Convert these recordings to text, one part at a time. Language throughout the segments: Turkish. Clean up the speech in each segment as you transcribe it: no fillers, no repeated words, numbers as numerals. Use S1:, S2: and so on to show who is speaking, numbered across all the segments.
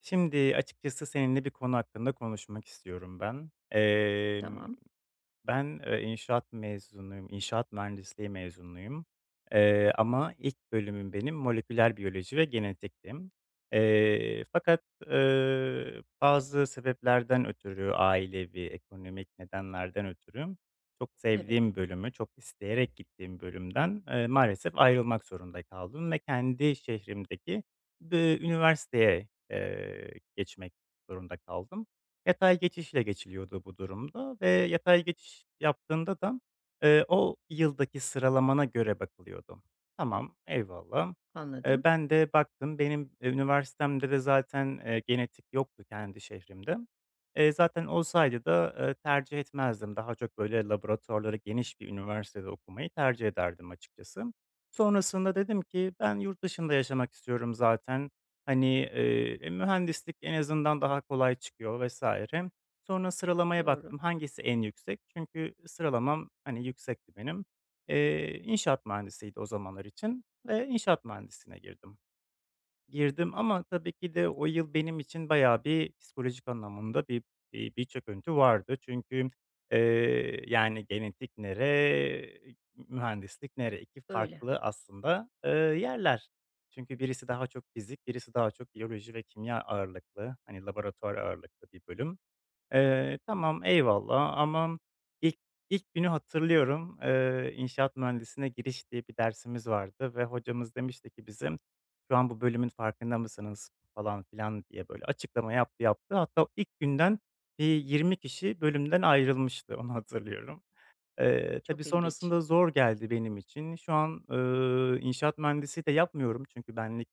S1: Şimdi açıkçası seninle bir konu hakkında konuşmak istiyorum ben.
S2: Tamam.
S1: Ben, inşaat mezunuyum, inşaat mühendisliği mezunuyum, ama ilk bölümüm benim moleküler biyoloji ve genetikti. Fakat, bazı sebeplerden ötürü, ailevi, ekonomik nedenlerden ötürü çok
S2: Evet,
S1: sevdiğim bölümü, çok isteyerek gittiğim bölümden, maalesef ayrılmak zorunda kaldım ve kendi şehrimdeki bir üniversiteye, geçmek zorunda kaldım. Yatay geçişle geçiliyordu bu durumda ve yatay geçiş yaptığında da, o yıldaki sıralamana göre bakılıyordu. Tamam, eyvallah.
S2: anladım.
S1: Ben de baktım, benim, üniversitemde de zaten, genetik yoktu kendi şehrimde. Zaten olsaydı da, tercih etmezdim. Daha çok böyle laboratuvarları geniş bir üniversitede okumayı tercih ederdim açıkçası. Sonrasında dedim ki ben yurt dışında yaşamak istiyorum zaten. Hani, mühendislik en azından daha kolay çıkıyor vesaire. Sonra sıralamaya
S2: Doğru.
S1: baktım hangisi en yüksek? Çünkü sıralamam, hani, yüksekti benim. İnşaat mühendisiydi o zamanlar için ve inşaat mühendisliğine girdim. Girdim ama tabii ki de o yıl benim için bayağı bir psikolojik anlamında bir bir çöküntü vardı. Çünkü, yani genetik nere, mühendislik nere? İki
S2: Öyle.
S1: farklı aslında, yerler. Çünkü birisi daha çok fizik, birisi daha çok biyoloji ve kimya ağırlıklı, hani, laboratuvar ağırlıklı bir bölüm. Tamam, eyvallah ama ilk ilk günü hatırlıyorum. İnşaat mühendisine giriş diye bir dersimiz vardı ve hocamız demişti ki bizim "Şu an bu bölümün farkında mısınız?" falan filan diye böyle açıklama yaptı. Hatta ilk günden bir 20 kişi bölümden ayrılmıştı, onu hatırlıyorum. Tabii
S2: Çok ilginç.
S1: sonrasında zor geldi benim için. Şu an, inşaat mühendisi de yapmıyorum çünkü benlik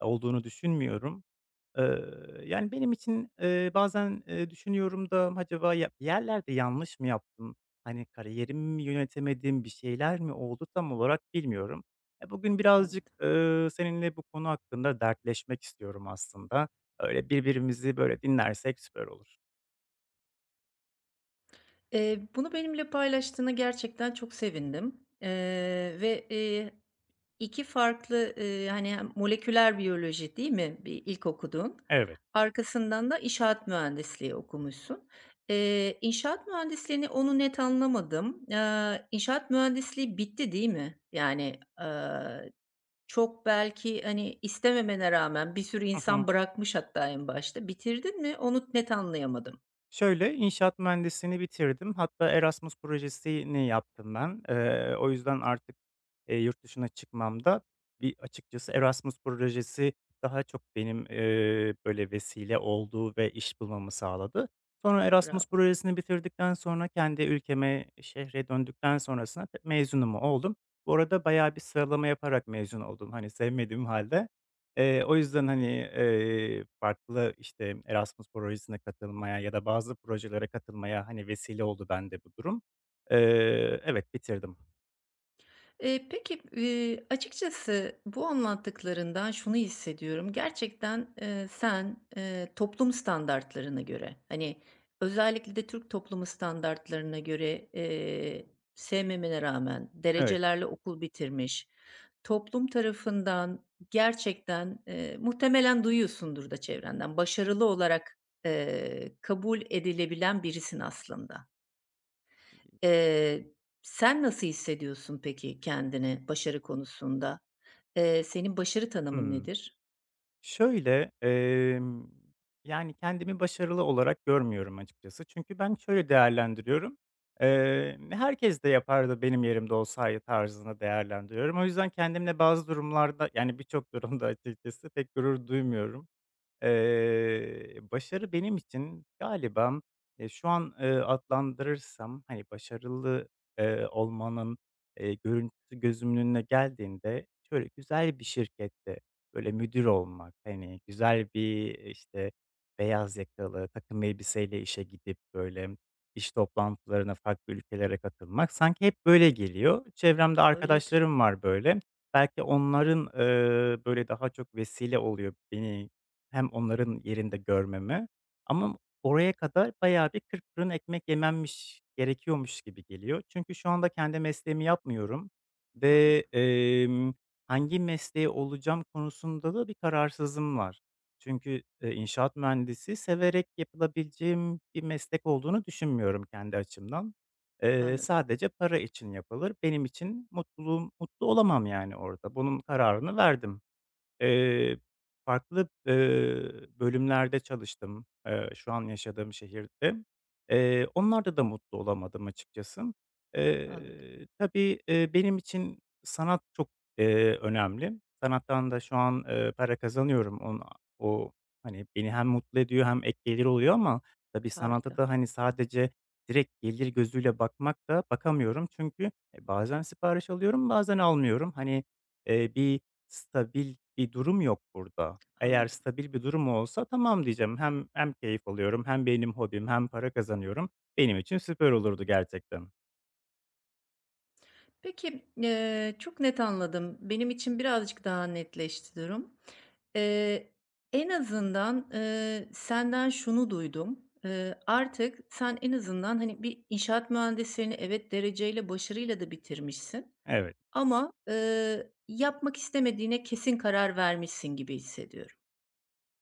S1: olduğunu düşünmüyorum. Yani, benim için, bazen, düşünüyorum da acaba ya bir yerlerde yanlış mı yaptım? Hani, kariyerimi mi yönetemedim, bir şeyler mi oldu tam olarak bilmiyorum. Ya, bugün birazcık,
S2: Anladım.
S1: seninle bu konu hakkında dertleşmek istiyorum aslında. Öyle birbirimizi böyle dinlersek süper olur.
S2: Bunu benimle paylaştığına gerçekten çok sevindim. 2 farklı, hani, hem moleküler biyoloji değil mi bir ilk okudun?
S1: Evet.
S2: Arkasından da inşaat mühendisliği okumuşsun. İnşaat mühendisliğini onu net anlamadım. Aaa, inşaat mühendisliği bitti değil mi? Yani, çok belki, hani, istememene rağmen bir sürü
S1: Hı hı.
S2: insan bırakmış hatta en başta. Bitirdin mi onu net anlayamadım.
S1: Şöyle, inşaat mühendisliğini bitirdim. Hatta Erasmus projesini yaptım ben. O yüzden artık, yurt dışına çıkmamda bir açıkçası Erasmus projesi daha çok benim, böyle, vesile oldu ve iş bulmamı sağladı. Sonra Erasmus
S2: Bravo.
S1: projesini bitirdikten sonra kendi ülkeme, şehre döndükten sonrasında mezunum oldum. Bu arada bayağı bir sıralama yaparak mezun oldum, hani, sevmediğim halde. O yüzden, hani, farklı, işte, Erasmus projesine katılmaya ya da bazı projelere katılmaya, hani, vesile oldu bende bu durum. Evet, bitirdim.
S2: Peki, açıkçası bu anlattıklarından şunu hissediyorum. Gerçekten, sen, toplum standartlarına göre, hani, özellikle de Türk toplumu standartlarına göre, sevmemene rağmen
S1: Evet.
S2: derecelerle okul bitirmiş, toplum tarafından gerçekten, muhtemelen duyuyorsundur da çevrenden, başarılı olarak, kabul edilebilen birisin aslında. Eee, Sen nasıl hissediyorsun peki kendini başarı konusunda? Senin başarı tanımın
S1: Hımm.
S2: nedir?
S1: Şöyle, yani, kendimi başarılı olarak görmüyorum açıkçası. Çünkü ben şöyle değerlendiriyorum, "Herkes de yapardı benim yerimde olsaydı." tarzında değerlendiriyorum. O yüzden kendimle bazı durumlarda, yani, birçok durumda açıkçası pek gurur duymuyorum. Başarı benim için galiba, şu an, adlandırırsam, hani, başarılı, olmanın, görüntüsü gözümün önüne geldiğinde şöyle güzel bir şirkette, böyle, müdür olmak, hani, güzel bir, işte, beyaz yakalı, takım elbiseyle işe gidip, böyle, iş toplantılarına farklı ülkelere katılmak sanki hep böyle geliyor. Çevremde
S2: Öyledir.
S1: arkadaşlarım var böyle. Belki onların, böyle, daha çok vesile oluyor beni hem onların yerinde görmemi ama oraya kadar bayağı bir kırk fırın ekmek yememmiş gerekiyormuş gibi geliyor. Çünkü şu anda kendi mesleğimi yapmıyorum ve,
S2: Anladım,
S1: hangi mesleği olacağım konusunda da bir kararsızım var. Çünkü, inşaat mühendisi severek yapılabileceğim bir meslek olduğunu düşünmüyorum kendi açımdan.
S2: anladım,
S1: Sadece para için yapılır. Benim için mutluluğum mutlu olamam yani orada. Bunun kararını verdim. Eee, Farklı, bölümlerde çalıştım, şu an yaşadığım şehirde. Onlarda da mutlu olamadım açıkçası.
S2: anladım.
S1: Tabii, benim için sanat çok, önemli. Sanattan da şu an, para kazanıyorum. O, hani, beni hem mutlu ediyor hem ek gelir oluyor ama tabii sanata
S2: Harika,
S1: da, hani, sadece direkt gelir gözüyle bakmak da bakamıyorum. Çünkü, bazen sipariş alıyorum, bazen almıyorum. Hani, eee, bir Stabil bir durum yok burada. Eğer
S2: anladım.
S1: stabil bir durum olsa tamam diyeceğim. Hem keyif alıyorum, hem benim hobim, hem para kazanıyorum. Benim için süper olurdu gerçekten.
S2: Peki, çok net anladım. Benim için birazcık daha netleşti durum. Eee, En azından, senden şunu duydum. Artık sen en azından, hani, bir inşaat mühendisliğini evet dereceyle, başarıyla da bitirmişsin.
S1: Evet,
S2: Ama, yapmak istemediğine kesin karar vermişsin gibi hissediyorum.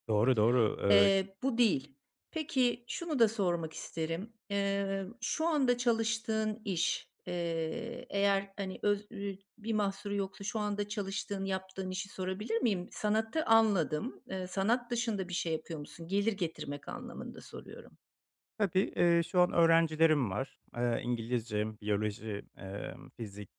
S1: doğru, doğru.
S2: Bu değil. Peki, şunu da sormak isterim. Şu anda çalıştığın iş, eğer, hani, öz ü bir mahsuru yoksa şu anda çalıştığın, yaptığın işi sorabilir miyim? Sanatı anladım. Sanat dışında bir şey yapıyor musun? Gelir getirmek anlamında soruyorum.
S1: Tabii, şu an öğrencilerim var. İngilizce, biyoloji, fizik.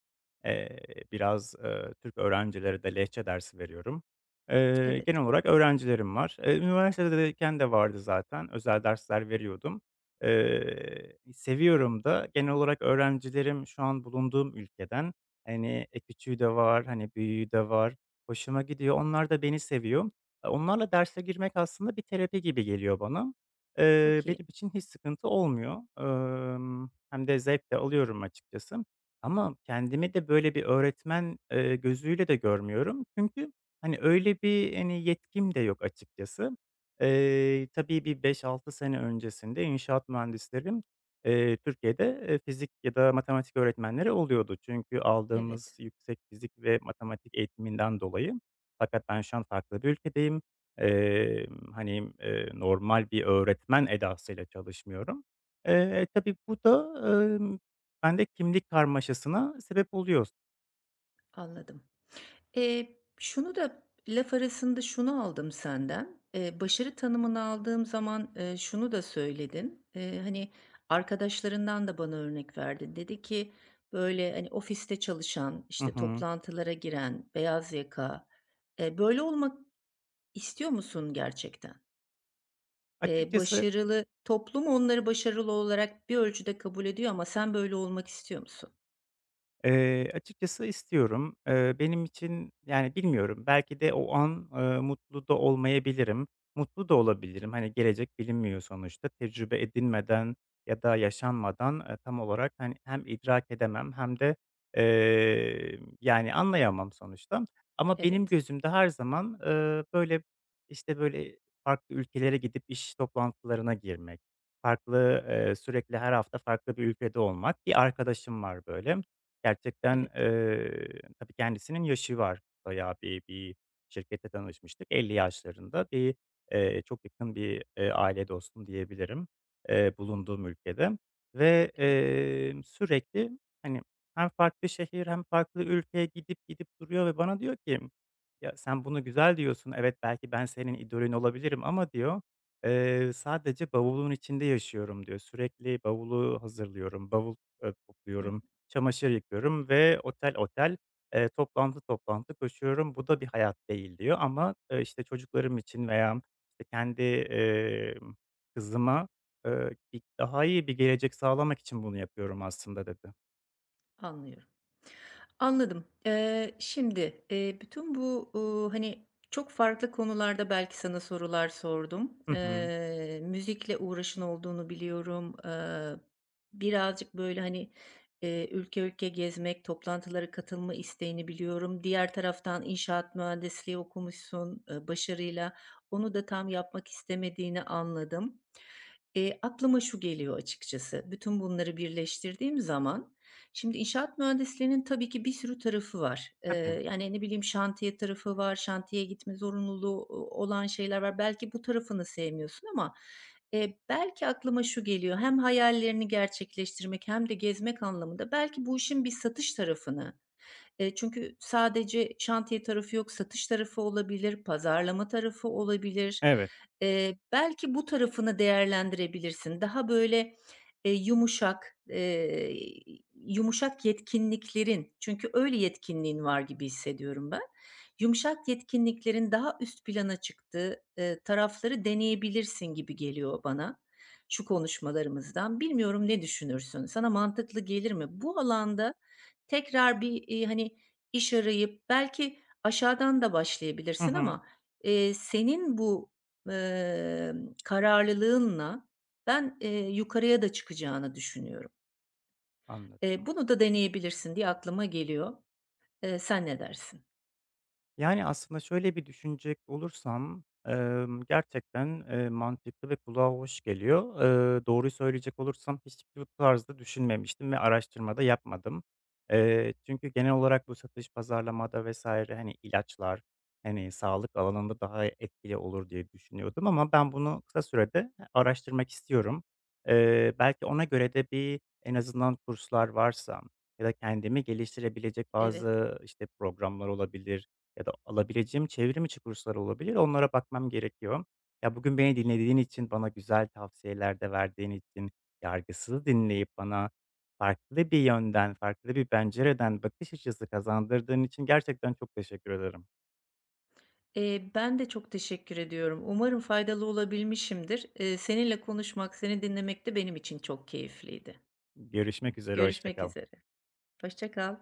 S1: Eee, Biraz, Türk öğrencilere de Lehçe dersi veriyorum. Genel
S2: Evet,
S1: olarak öğrencilerim var. Üniversitedeyken de vardı zaten, özel dersler veriyordum. Seviyorum da genel olarak öğrencilerim şu an bulunduğum ülkeden. Hani, küçüğü de var, hani, büyüğü de var. Hoşuma gidiyor. Onlar da beni seviyor. Onlarla derse girmek aslında bir terapi gibi geliyor bana.
S2: çok iyi.
S1: Benim için hiç sıkıntı olmuyor. Hem de zevk de alıyorum açıkçası. Ama kendimi de böyle bir öğretmen, gözüyle de görmüyorum. Çünkü, hani, öyle bir, hani, yetkim de yok açıkçası. Tabii bir 5-6 sene öncesinde inşaat mühendislerim Türkiye'de, fizik ya da matematik öğretmenleri oluyordu. Çünkü aldığımız
S2: Evet,
S1: yüksek fizik ve matematik eğitiminden dolayı. Fakat ben şu an farklı bir ülkedeyim. Hani, normal bir öğretmen edasıyla çalışmıyorum. Tabii bu da, ben de kimlik karmaşasına sebep oluyor.
S2: anladım. Şunu da laf arasında şunu aldım senden. Başarı tanımını aldığım zaman, şunu da söyledin. Hani, arkadaşlarından da bana örnek verdin. Dedi ki, böyle, hani, ofiste çalışan,
S1: Hı
S2: işte,
S1: hı.
S2: toplantılara giren, beyaz yaka, böyle olmak istiyor musun gerçekten?
S1: Açıkçası
S2: Başarılı toplum onları başarılı olarak bir ölçüde kabul ediyor ama sen böyle olmak istiyor musun?
S1: Açıkçası istiyorum. Benim için, yani, bilmiyorum, belki de o an, mutlu da olmayabilirim, mutlu da olabilirim. Hani, gelecek bilinmiyor sonuçta. Tecrübe edinmeden ya da yaşanmadan, tam olarak, hani, hem idrak edemem hem de, yani, anlayamam sonuçta. Ama benim
S2: Evet,
S1: gözümde her zaman, böyle, işte, böyle, farklı ülkelere gidip iş toplantılarına girmek, farklı, sürekli her hafta farklı bir ülkede olmak. Bir arkadaşım var böyle. Gerçekten,
S2: evet,
S1: tabii kendisinin yaşı var. Bayağı bir şirkette tanışmıştık. 50 yaşlarında bir, çok yakın bir, aile dostum diyebilirim, bulunduğum ülkede ve,
S2: evet.
S1: sürekli, hani, hem farklı şehir hem farklı ülkeye gidip gidip duruyor ve bana diyor ki, "Ya, sen bunu güzel diyorsun, evet, belki ben senin idolün olabilirim ama" diyor, sadece bavulun içinde yaşıyorum." diyor. "Sürekli bavulu hazırlıyorum, bavul,
S2: Hıh,
S1: topluyorum." Çamaşır yıkıyorum ve otel otel, toplantı toplantı koşuyorum. Bu da bir hayat değil diyor ama, işte, çocuklarım için veya, işte, kendi, kızıma, bir daha iyi bir gelecek sağlamak için bunu yapıyorum aslında dedi.
S2: anlıyorum. Anladım. Şimdi, bütün bu, hani, çok farklı konularda belki sana sorular sordum.
S1: Hı hı.
S2: Müzikle uğraşın olduğunu biliyorum. Birazcık, böyle, hani, ülke ülke gezmek, toplantılara katılma isteğini biliyorum. Diğer taraftan inşaat mühendisliği okumuşsun, başarıyla. Onu da tam yapmak istemediğini anladım. Aklıma şu geliyor açıkçası, bütün bunları birleştirdiğim zaman, şimdi inşaat mühendisliğinin tabii ki bir sürü tarafı var.
S1: Tabii.
S2: Yani, ne bileyim, şantiye tarafı var, şantiye gitme zorunluluğu o olan şeyler var. Belki bu tarafını sevmiyorsun ama, belki aklıma şu geliyor, hem hayallerini gerçekleştirmek hem de gezmek anlamında belki bu işin bir satış tarafını, çünkü sadece şantiye tarafı yok, satış tarafı olabilir, pazarlama tarafı olabilir.
S1: Evet.
S2: Belki bu tarafını değerlendirebilirsin. Daha böyle, yumuşak, yumuşak yetkinliklerin çünkü öyle yetkinliğin var gibi hissediyorum ben. Yumuşak yetkinliklerin daha üst plana çıktığı, tarafları deneyebilirsin gibi geliyor bana şu konuşmalarımızdan. Bilmiyorum ne düşünürsün? Sana mantıklı gelir mi? Bu alanda tekrar hani, iş arayıp belki aşağıdan da
S1: Hı
S2: başlayabilirsin
S1: hı.
S2: ama, senin bu, kararlılığınla ben, yukarıya da çıkacağını düşünüyorum.
S1: Anladım.
S2: Bunu da deneyebilirsin diye aklıma geliyor. Sen ne dersin?
S1: Yani, aslında şöyle bir düşünecek olursam, gerçekten, mantıklı ve kulağa hoş geliyor. Doğruyu söyleyecek olursam hiç bu tarzda düşünmemiştim ve araştırma da yapmadım. Çünkü genel olarak bu satış, pazarlamada vesaire hani, ilaçlar, hani, sağlık alanında daha etkili olur diye düşünüyordum ama ben bunu kısa sürede araştırmak istiyorum. Belki ona göre de bir en azından kurslar varsa ya da kendimi geliştirebilecek
S2: Evet.
S1: bazı, işte, programlar olabilir ya da alabileceğim çevrim içi kurslar olabilir. Onlara bakmam gerekiyor. Ya, bugün beni dinlediğin için, bana güzel tavsiyeler de verdiğin için, yargısız dinleyip bana farklı bir yönden, farklı bir pencereden bakış açısı kazandırdığın için gerçekten çok teşekkür ederim.
S2: Ben de çok teşekkür ediyorum. Umarım faydalı olabilmişimdir. Seninle konuşmak, seni dinlemek de benim için çok keyifliydi.
S1: Görüşmek üzere, hoşça
S2: Görüşmek
S1: kal.
S2: üzere. Hoşça kal.